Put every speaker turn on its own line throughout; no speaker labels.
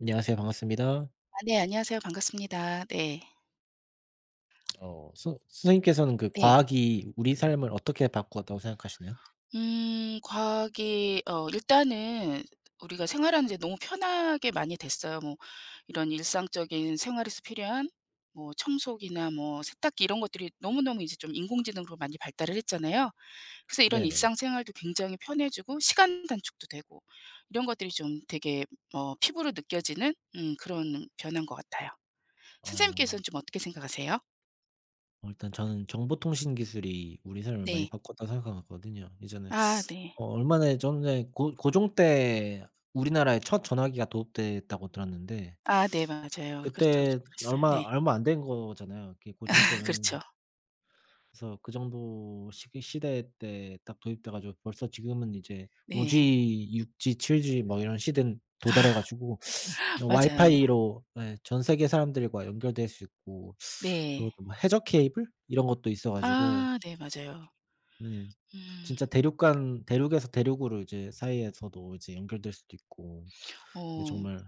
안녕하세요. 반갑습니다.
아 네 안녕하세요. 반갑습니다. 네.
선 선생님께서는 그
네.
과학이 우리 삶을 어떻게 바꾸었다고 생각하시나요?
과학이 어 일단은 우리가 생활하는 데 너무 편하게 많이 됐어요. 뭐 이런 일상적인 생활에서 필요한 뭐 청소기나 뭐 세탁기 이런 것들이 너무너무 이제 좀 인공지능으로 많이 발달을 했잖아요. 그래서 이런
네네네.
일상생활도 굉장히 편해지고 시간 단축도 되고 이런 것들이 좀 되게 어 피부로 느껴지는 그런 변화인 것 같아요.
어.
선생님께서는 좀 어떻게 생각하세요?
어 일단 저는 정보통신 기술이 우리 삶을 많이
네.
바꿨다고 생각하거든요. 예전에
아 네.
얼마, 네, 전에 고 고종 때 우리나라에 첫 전화기가 도입됐다고 들었는데,
아 네 맞아요. 그렇다고
그때
좀 들었어요.
얼마
네.
얼마 안 된 거잖아요, 그게 고종 때면.
그렇죠.
그래서 그 정도 시 시대 때 딱 도입돼 가지고 벌써 지금은 이제
네.
5G, 6G, 7G 뭐 이런 시대는 도달해 가지고
맞아요.
와이파이로, 예, 전 세계 사람들과 연결될 수 있고, 그리고
네.
또 뭐 해저 케이블 이런 것도 있어 가지고,
아 네 맞아요.
네,
음.
진짜 대륙 간, 대륙에서 대륙으로 이제 사이에서도 이제 연결될 수도 있고, 네,
어
정말.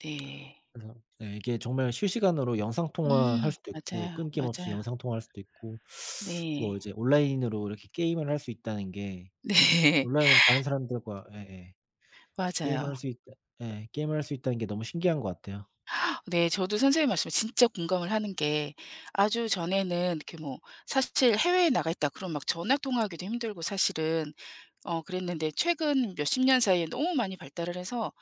네.
그래서, 예, 이게 정말 실시간으로 영상 통화할
음
수도 있고,
맞아요,
끊김없이
맞아요.
영상 통화할 수도 있고,
네.
뭐 이제 온라인으로 이렇게 게임을 할 수 있다는 게,
네.
온라인은 다른 사람들과, 예예, 게임을
맞아요.
할 수 있다, 예, 게임을 할 수 있다는 게 너무 신기한 것 같아요.
네 저도 선생님 말씀에 진짜 공감을 하는 게 아주 전에는 이렇게 뭐 사실 해외에 나가 있다 그럼 막 전화 통화하기도 힘들고 사실은 어 그랬는데 최근 몇십 년 사이에 너무 많이 발달을 해서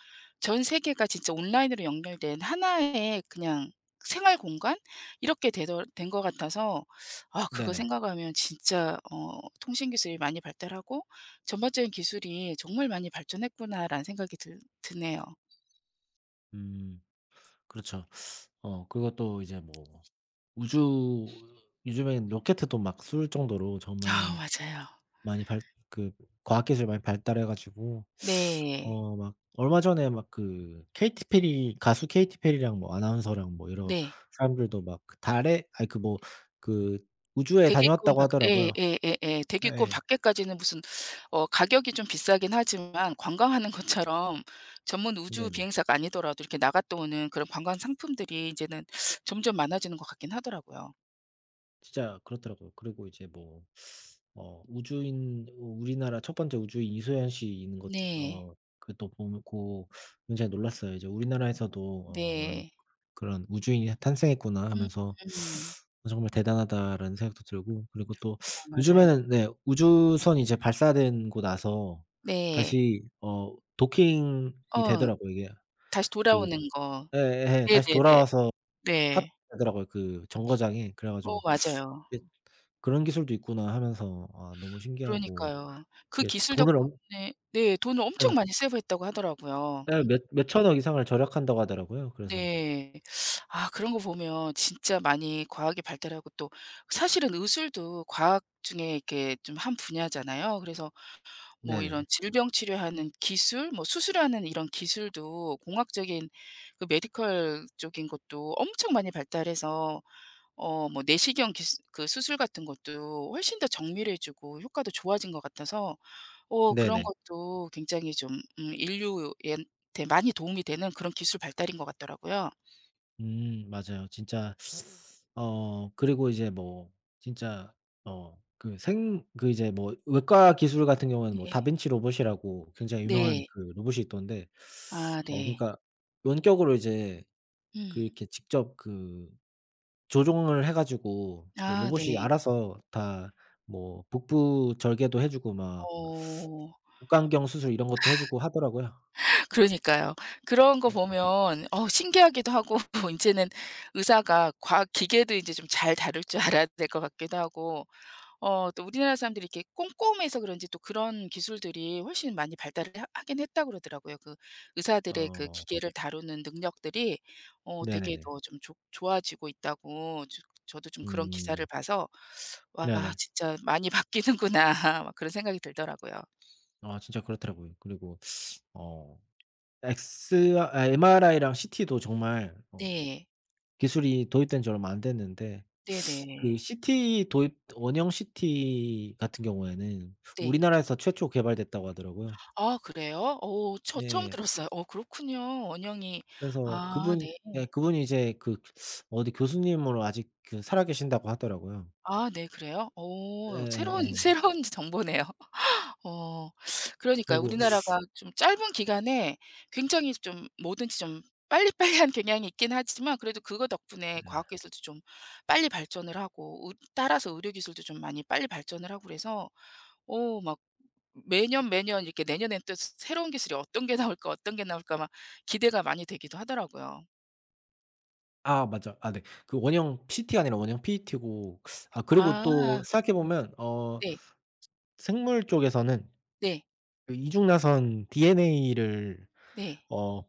전 세계가 진짜 온라인으로 연결된 하나의 그냥 생활 공간 이렇게 되더 된것 같아서 아 그거
네네.
생각하면 진짜 어 '통신 기술이 많이 발달하고 전반적인 기술이 정말 많이 발전했구나.'라는 생각이 들 드네요.
음. 그렇죠. 그리고 또 이제 뭐 우주, 요즘엔 로켓도 막 쏠 정도로
아
정말
맞아요.
많이 발 그 과학 기술이 많이 발달해 가지고,
네.
막 얼마 전에 막 그 케이티 페리, 가수 케이티 페리랑 뭐 아나운서랑 뭐 이런
네.
사람들도 막그 달에 아니 그 뭐 그 우주에
대기권
다녀왔다고
밖 예
하더라고요.
예 예예. 대기권
예.
밖에까지는 무슨 어 가격이 좀 비싸긴 하지만 관광하는 것처럼 전문 우주
네네.
비행사가 아니더라도 이렇게 나갔다 오는 그런 관광 상품들이 이제는 점점 많아지는 것 같긴 하더라고요.
진짜 그렇더라고요. 그리고 이제 뭐 우주인, 우리나라 첫 번째 우주인 이소연 씨 있는 것,
네.
어, 그것도 보고 굉장히 놀랐어요. 이제 '우리나라에서도 어 그런
네.
그런 우주인이 탄생했구나.'
음
하면서
음.
'어 정말 대단하다.'라는 생각도 들고, 그리고 또
어 맞아요.
요즘에는, 네, 우주선이 이제 발사되고 나서
네.
다시 도킹이
어
되더라고요, 이게.
다시
그,
돌아오는 거.
예예.
네네네.
다시
네. 네.
돌아와서
네.
합되더라고요, 그 정거장에. 그래
어
가지고,
맞아요.
예, '그런 기술도 있구나.' 하면서 아, 너무 신기하고
그러니까요. 그
이게
기술
돈을 엄
덕분에 네 돈을 엄청
예.
많이 세이브했다고 하더라고요.
예. 몇 몇천 억 이상을 절약한다고 하더라고요. 그래서.
네. 아 그런 거 보면 진짜 많이 과학이 발달하고 또 사실은 의술도 과학 중에 이렇게 좀 한 분야잖아요. 그래서 뭐 이런
네네.
질병 치료하는 기술, 뭐 수술하는 이런 기술도 공학적인 그 메디컬 쪽인 것도 엄청 많이 발달해서 어 뭐 내시경 기수 그 수술 같은 것도 훨씬 더 정밀해지고 효과도 좋아진 것 같아서 어 그런
네네.
것도 굉장히 좀 인류에 테 많이 도움이 되는 그런 기술 발달인 것 같더라고요.
음, 맞아요. 진짜. 그리고 이제 뭐 진짜, 그 생 그 이제 뭐 외과 기술 같은 경우에는 뭐
네.
다빈치 로봇이라고 굉장히 유명한
네.
그 로봇이 있던데,
아 네.
그러니까 원격으로 이제 그
음.
이렇게 직접 그 조종을 해 가지고 이렇게
아
로봇이
네.
알아서 다 뭐 복부 절개도 해 주고 막
어.
복강경 수술 이런 것도 해 주고 하더라고요.
그러니까요. 그런 거
네.
보면 어 신기하기도 하고 인제는 의사가 과학 기계도 인제 좀 잘 다룰 줄 알아야 될 것 같기도 하고 어 또 우리나라 사람들이 이렇게 꼼꼼해서 그런지 또 그런 기술들이 훨씬 많이 발달을 하 하긴 했다고 그러더라고요. 그 의사들의 그
어.
기계를 다루는 능력들이 어 되게
네네네.
더 좀 좋아지고 있다고 저 저도 좀 그런 기사를
음.
봐서 '와
네네.
진짜 많이 바뀌는구나.' 막 그런 생각이 들더라고요.
아 진짜 그렇더라고요. 그리고 어 엑스 아 MRI랑 CT도 정말,
네.
기술이 도입된 지 얼마 안 됐는데 그
네네.
CT 도입 원형 CT 같은 경우에는
네.
우리나라에서 최초 개발됐다고 하더라고요.
아 그래요? 오 저 처음
예.
들었어요. 어 그렇군요. 원영이
그래서
아
그분,
네.
예, 그분이 이제 그 어디 교수님으로 아직 그 살아계신다고 하더라고요.
아 네 그래요? 오 새로운
예예예.
새로운 정보네요. 어 그러니까요. 네.
그리고.
우리나라가 좀 짧은 기간에 굉장히 좀 뭐든지 좀 빨리빨리한 경향이 있긴 하지만 그래도 그거 덕분에 과학
예.
기술도 좀 빨리 발전을 하고 의 따라서 의료 기술도 좀 많이 빨리 발전을 하고 그래서 오 막 매년, 매년 이렇게 내년엔 또 새 새로운 기술이 어떤 게 나올까, 어떤 게 나올까 막 기대가 많이 되기도 하더라고요.
아 맞아. 아 네. 그 원형 PT가 아니라 원형 PET고, 아 그리고
아.
또 생각해
네.
보면 생물 쪽에서는
네.
그 이중나선 DNA를
네.
어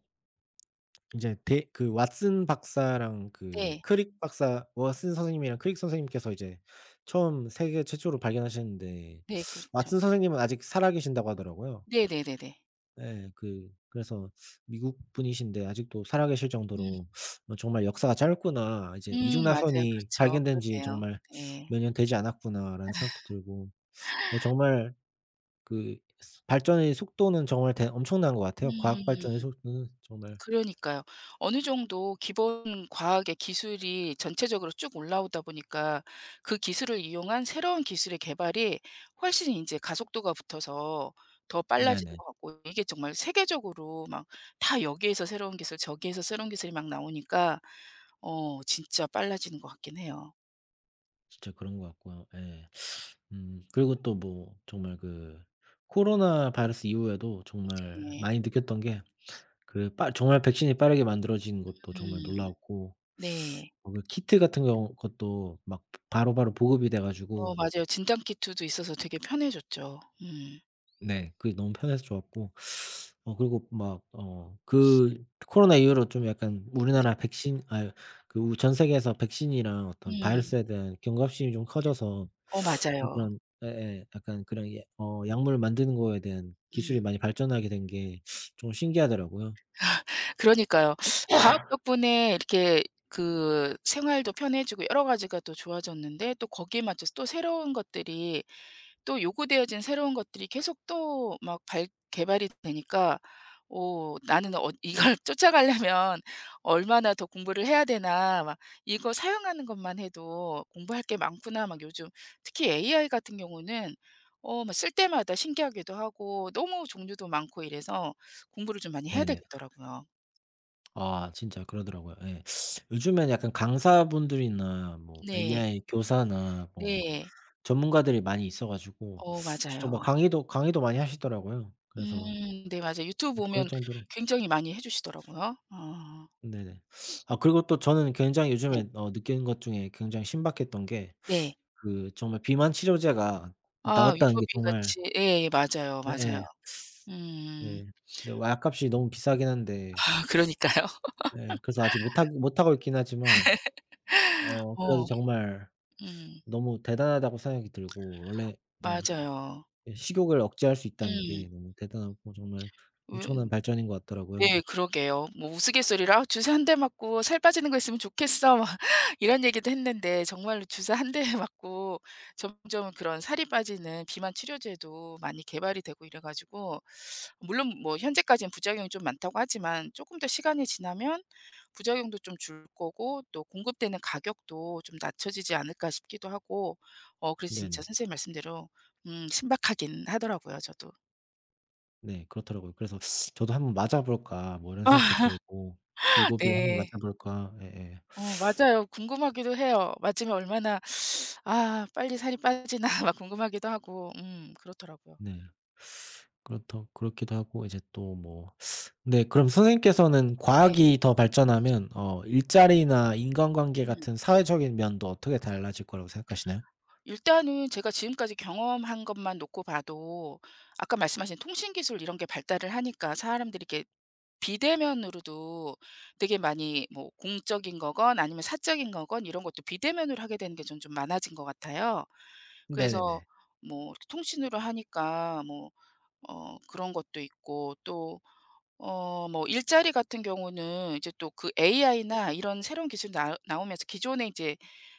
인제 데 그 왓슨 박사랑 그
네.
크릭 박사, 왓슨 선생님이랑 크릭 선생님께서 이제 처음 세계 최초로 발견하셨는데,
네. 그렇죠. 네. 그렇죠.
왓슨 선생님은 아직 살아계신다고 하더라고요.
네네네네.
네, 그래서 미국 분이신데 아직도 살아 계실
음.
정도로 '어 정말 역사가 짧구나. 이제
맞아요.
이중나선이
그렇죠.
발견된 지
그렇네요.
정말
네.
몇 년 되지 않았구나.'라는 생각도 들고, 네, 정말 그 스 발전의 속도는 정말 대 엄청난 것 같아요. 과학
음
발전의 속도는 정말.
그러니까요. 어느 정도 기본 과학의 기술이 전체적으로 쭉 올라오다 보니까 그 기술을 이용한 새로운 기술의 개발이 훨씬 인제 가속도가 붙어서 더 빨라지는
네네.
것 같고 이게 정말 세계적으로 막 다 여기에서 새로운 기술 저기에서 새로운 기술이 막 나오니까 어 진짜 빨라지는 것 같긴 해요.
진짜 그런 것 같고요. 예. 그리고 또 뭐 정말 그 코로나 바이러스 이후에도 정말
네.
많이 느꼈던 게 그 빠 정말 백신이 빠르게 만들어진 것도 정말
음
놀라웠고,
네.
그 키트 같은 경우 것도 막 바로바로 보급이 돼
어
가지고,
맞아요. 진단 키트도 있어서 되게 편해졌죠. 음.
네, 그게 너무 편해서 좋았고, 그리고 막 그 코로나 이후로 좀 약간 우리나라 백신, 그 우 전 세계에서 백신이랑 어떤
음.
바이러스에 대한 경각심이 좀 커져서,
어
어떤
맞아요.
그런, 예예, 약간 그런, 예, 약물 만드는 거에 대한
음.
기술이 많이 발전하게 된 게 좀 신기하더라고요.
그러니까요. 과학 덕분에 이렇게 그 생활도 편해지고 여러 가지가 또 좋아졌는데 또 거기에 맞춰서 또 새로운 것들이 또 요구되어진 새로운 것들이 계속 또 막 발 개발이 되니까 오 '나는 어 이걸 쫓아가려면 얼마나 더 공부를 해야 되나.' 막 이거 사용하는 것만 해도 '공부할 게 많구나.' 막 요즘 특히 AI 같은 경우는 어 막 쓸 때마다 신기하기도 하고 너무 종류도 많고 이래서 공부를 좀 많이 해야
네네.
되겠더라고요.
아 진짜 그러더라고요. 예. 요즘에는 약간 강사분들이나 뭐
네.
AI 교사나 뭐
네.
전문가들이 많이 있어 가지고
어
직접 막
맞아요.
강의도 많이 하시더라고요. 그래서
네 맞아요. 유튜브
뭐 그럴
보면
정도로.
굉장히 많이 해 주시더라고요. 어.
네네. 아 그리고 또 저는 굉장히
네.
요즘에 느끼는 것 중에 굉장히 신박했던 게
네.
그 정말 비만 치료제가
아
나왔다는 게
위거비
정말,
같이 예 맞아요, 맞아요.
예예. 예.
음.
예. 근데 약값이 너무 비싸긴 한데,
아 그러니까요.
예, 그래서 아직 못 하고 있긴 하지만,
어.
그래도 정말
음.
너무 대단하다고 생각이 들고 원래, 예,
맞아요.
예, 식욕을 억제할 수 있다는
음.
게 너무 대단하고 정말 엄청난
왜
발전인 것 같더라고요.
네 그러게요. 뭐 우스갯소리로 "아, "주사 한 대 맞고 살 빠지는 거 있으면 좋겠어." 막 이런 얘기도 했는데 정말로 주사 한 대 맞고 점점 그런 살이 빠지는 비만 치료제도 많이 개발이 되고 이래 가지고 물론 뭐 현재까지는 부작용이 좀 많다고 하지만 조금 더 시간이 지나면 부작용도 좀 줄 거고 또 공급되는 가격도 좀 낮춰지지 않을까 싶기도 하고 어 그래서 진짜
네네.
선생님 말씀대로 신박하긴 하더라고요 저도.
네, 그렇더라고요. 그래서 '저도 한번 맞아 볼까.' 뭐 이런 생각도 들고 '위고비 한번
네.
맞아 볼까.' 예예.
어 맞아요. 궁금하기도 해요. 맞으면 얼마나 '아 빨리 살이 빠지나.' 막 궁금하기도 하고 그렇더라고요.
네. 그렇더 그렇기도 하고 이제 또 뭐, 네, 그럼 선생님께서는
네.
과학이 더 발전하면 일자리나 인간관계
음.
같은 사회적인 면도 어떻게 달라질 거라고 생각하시나요?
일단은 제가 지금까지 경험한 것만 놓고 봐도 아까 말씀하신 통신 기술 이런 게 발달을 하니까 사람들이 이렇게 비대면으로도 되게 많이 뭐 공적인 거건 아니면 사적인 거건 이런 것도 비대면으로 하게 되는 게 전 좀 많아진 것 같아요. 그래서
네네네.
뭐 이렇게 통신으로 하니까 뭐 어 그런 것도 있고 또 어 뭐 일자리 같은 경우는 이제 또 그 AI나 이런 새로운 기술이 나 나오면서 기존에 이제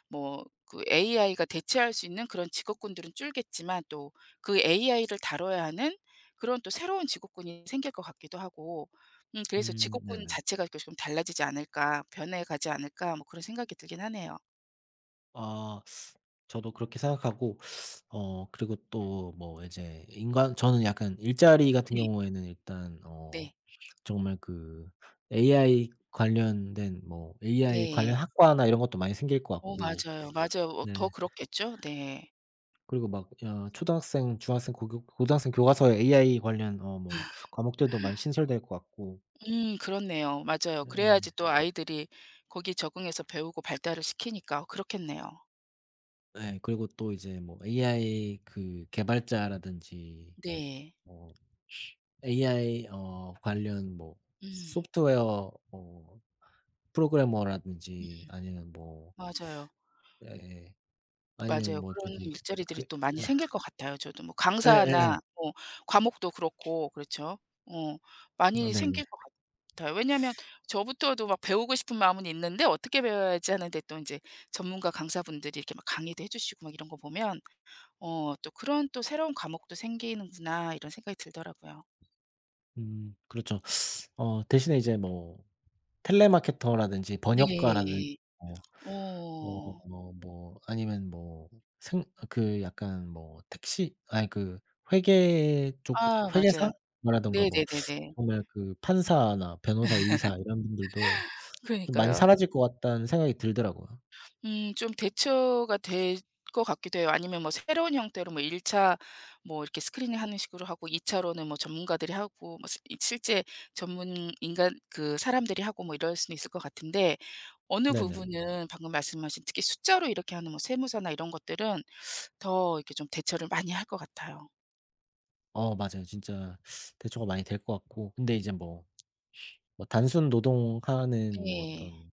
뭐 그 AI가 대체할 수 있는 그런 직업군들은 줄겠지만 또 그 AI를 다뤄야 하는 그런 또 새로운 직업군이 생길 것 같기도 하고 그래서
음.
'직업군
네네.
자체가 이렇게 좀 달라지지 않을까. 변해가지 않을까.' 뭐 그런 생각이 들긴 하네요.
아 저도 그렇게 생각하고, 그리고 또 뭐 이제 인간 저는 약간 일자리 같은
네.
경우에는 일단
네.
정말 그 AI 관련된 뭐 AI 관련
네.
학과나 이런 것도 많이 생길 것
어
같고,
맞아요. 맞아요. 어
네,
더 그렇겠죠? 네.
그리고 막 초등학생, 중학생, 고 고등학생 교과서에 AI 관련 뭐 과목들도 많이 신설될 것 같고.
그렇네요. 맞아요.
네. 네.
그래야지 또 네. 아이들이 거기 적응해서 배우고 발달을 시키니까 그렇겠네요.
그리고 또 이제 뭐 AI 그 개발자라든지,
네.
어 AI 관련, 뭐
음.
소프트웨어, 뭐
음,
프로그래머라든지, 아니면 뭐,
맞아요.
예, 아니면
맞아요.
뭐
그런
저기
일자리들이
그,
또 많이 생길 것 같아요 저도. 뭐
예, 예예.
강사나 뭐 과목도 그렇고 그렇죠. 어
어,
많이
네네.
생길 것 같아요. 왜냐면 하 저부터도 막 배우고 싶은 마음은 있는데 어떻게 배워야지 하는데 또 이제 전문가 강사분들이 이렇게 막 강의도 해 주시고 막 이런 거 보면 '어 또 그런 또 새로운 과목도 생기는구나.' 이런 생각이 들더라고요.
그렇죠. 대신에 이제 뭐 텔레마케터라든지, 번역가라든
네.
뭐, 뭐
어.
뭐 아니면 뭐, 생 그 약간 뭐 택시 아니 그 회계 쪽,
아 맞아요.
회계사라던가, 뭐
네네네네.
정말 그 판사나 변호사, 의사 이런 분들도 좀 많이
그러니까요.
사라질 것 같다는 생각이 들더라고요.
좀 대처가 될 것 같기도 해요. 아니면 뭐 새로운 형태로 뭐 1차 차 뭐 이렇게 스크리닝하는 식으로 하고 2차 차로는 뭐 전문가들이 하고 뭐 스 이 실제 전문 인간 그 사람들이 하고 뭐 이럴 수는 있을 것 같은데 어느
네네.
부분은 방금 말씀하신 특히 숫자로 이렇게 하는 뭐 세무서나 이런 것들은 더 이렇게 좀 대처를 많이 할 것 같아요.
어 맞아요. 진짜 대처가 많이 될 것 같고, 근데 이제 뭐 단순 노동하는 뭐
네.
어떤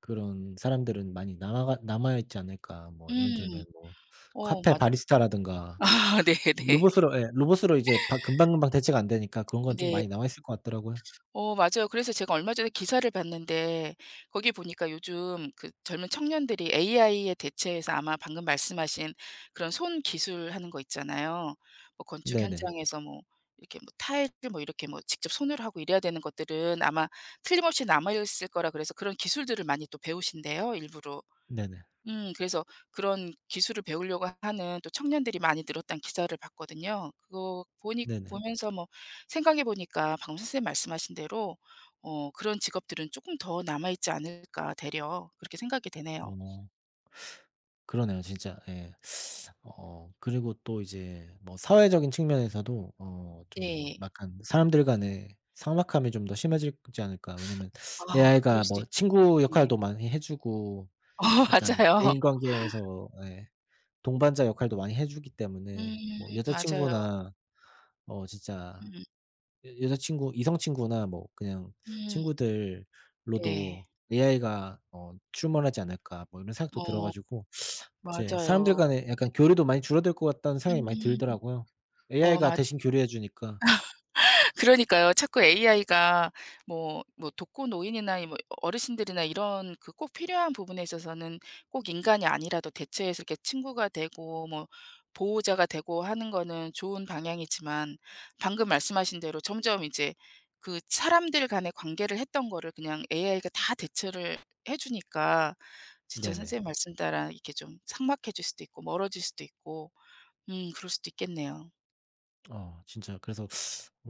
그런 사람들은 많이 남아 있지 않을까. 뭐 예를
음.
들면 뭐
어
카페
맞아요.
바리스타라든가
아 네네.
로봇으로 예 로봇으로 이제 바 금방금방 대체가 안 되니까 그런 건 좀
네.
많이 남아 있을 것 같더라고요.
어 맞아요. 그래서 제가 얼마 전에 기사를 봤는데 거기 보니까 요즘 그 젊은 청년들이 AI에 대체해서 아마 방금 말씀하신 그런 손 기술하는 거 있잖아요. 뭐 건축
네네.
현장에서 뭐 이렇게 뭐 타일을 뭐 이렇게 뭐 직접 손으로 하고 이래야 되는 것들은 아마 틀림없이 남아 있을 거라 그래서 그런 기술들을 많이 또 배우신대요 일부러.
네네.
그래서 그런 기술을 배우려고 하는 또 청년들이 많이 늘었다는 기사를 봤거든요. 그거 보니
네네.
보면서 뭐 생각해 보니까 방금 선생님 말씀하신 대로 어 그런 직업들은 조금 더 남아 있지 않을까 되려 그렇게 생각이 되네요.
어. 그러네요, 진짜. 예. 그리고 또 이제 뭐 사회적인 측면에서도 좀
네.
약간 사람들 간의 삭막함이 좀 더 심해지지 않을까. 왜냐면
아
AI가
그럴 수도
뭐 친구
있겠네요.
역할도 많이 해 주고
어
약간
맞아요.
대인 관계에서, 예, 동반자 역할도 많이 해 주기
음
때문에 뭐
맞아요.
여자친구나, 진짜
음
여 여자친구, 이성 친구나 뭐 그냥
음 네.
친구들로도 AI가 '출몰하지 않을까.' 뭐 이런 생각도 들어
어
가지고 이제 사람들
맞아요.
간에 약간 교류도 많이 줄어들 것 같다는 생각이 많이
음.
들더라고요.
어
AI가
맞아요.
대신 교류해 주니까.
그러니까요. 자꾸 AI가 뭐 뭐 독거노인이나 이 뭐 어르신들이나 이런 그 꼭 필요한 부분에 있어서는 꼭 인간이 아니라도 대체해서 이렇게 친구가 되고 뭐 보호자가 되고 하는 거는 좋은 방향이지만 방금 말씀하신 대로 점점 이제 그 사람들 간의 관계를 했던 거를 그냥 AI가 다 대체를 해 주니까 진짜
네네.
선생님 말씀 따라 이렇게 좀 삭막해질 수도 있고 멀어질 수도 있고 그럴 수도 있겠네요.
진짜 그래서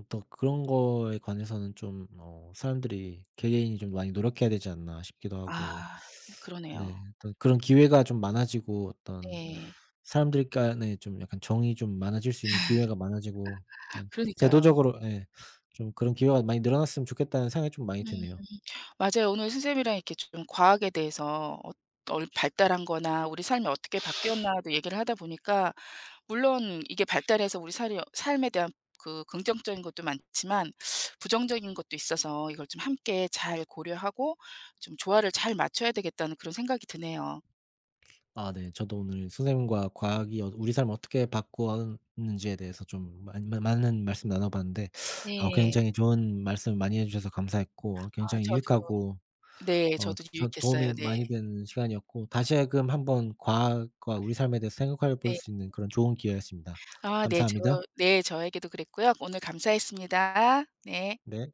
더 그런 거에 관해서는 좀, 사람들이 개개인이 좀 많이 노력해야 되지 않나 싶기도
아
하고,
네 그러네요.
네, 어떤 그런 기회가 좀 많아지고 어떤
네.
사람들 간에 좀 약간 정이 좀 많아질 수 있는 기회가 많아지고, 약간
그러니까요.
제도적으로, 예, 좀 그런 기회가 많이 늘어났으면 좋겠다는 생각이 좀 많이
음.
드네요.
맞아요. 오늘 선생님이랑 이렇게 좀 과학에 대해서 어 얼 발달한 거나 우리 삶이 어떻게 바뀌었나도 얘기를 하다 보니까 물론 이게 발달해서 우리 살이 삶에 대한 그 긍정적인 것도 많지만 부정적인 것도 있어서 이걸 좀 함께 잘 고려하고 좀 조화를 잘 맞춰야 되겠다는 그런 생각이 드네요.
아 네. 저도 오늘 선생님과 과학이 우리 삶을 어떻게 바꾸었는지에 대해서 좀 많 많 많은 말씀 나눠 봤는데, 아
네.
굉장히 좋은 말씀 많이 해 주셔서 감사했고
아
굉장히
저도
유익하고,
네 저도
저
유익했어요.
도움이
네.
많이 되는 시간이었고 다시 하금 한번 과학과 우리 삶에 대해서 생각해 볼
네.
수 있는 그런 좋은 기회였습니다.
아 네. 저
감사합니다.
네 저에게도 그랬고요. 오늘 감사했습니다. 네.
네.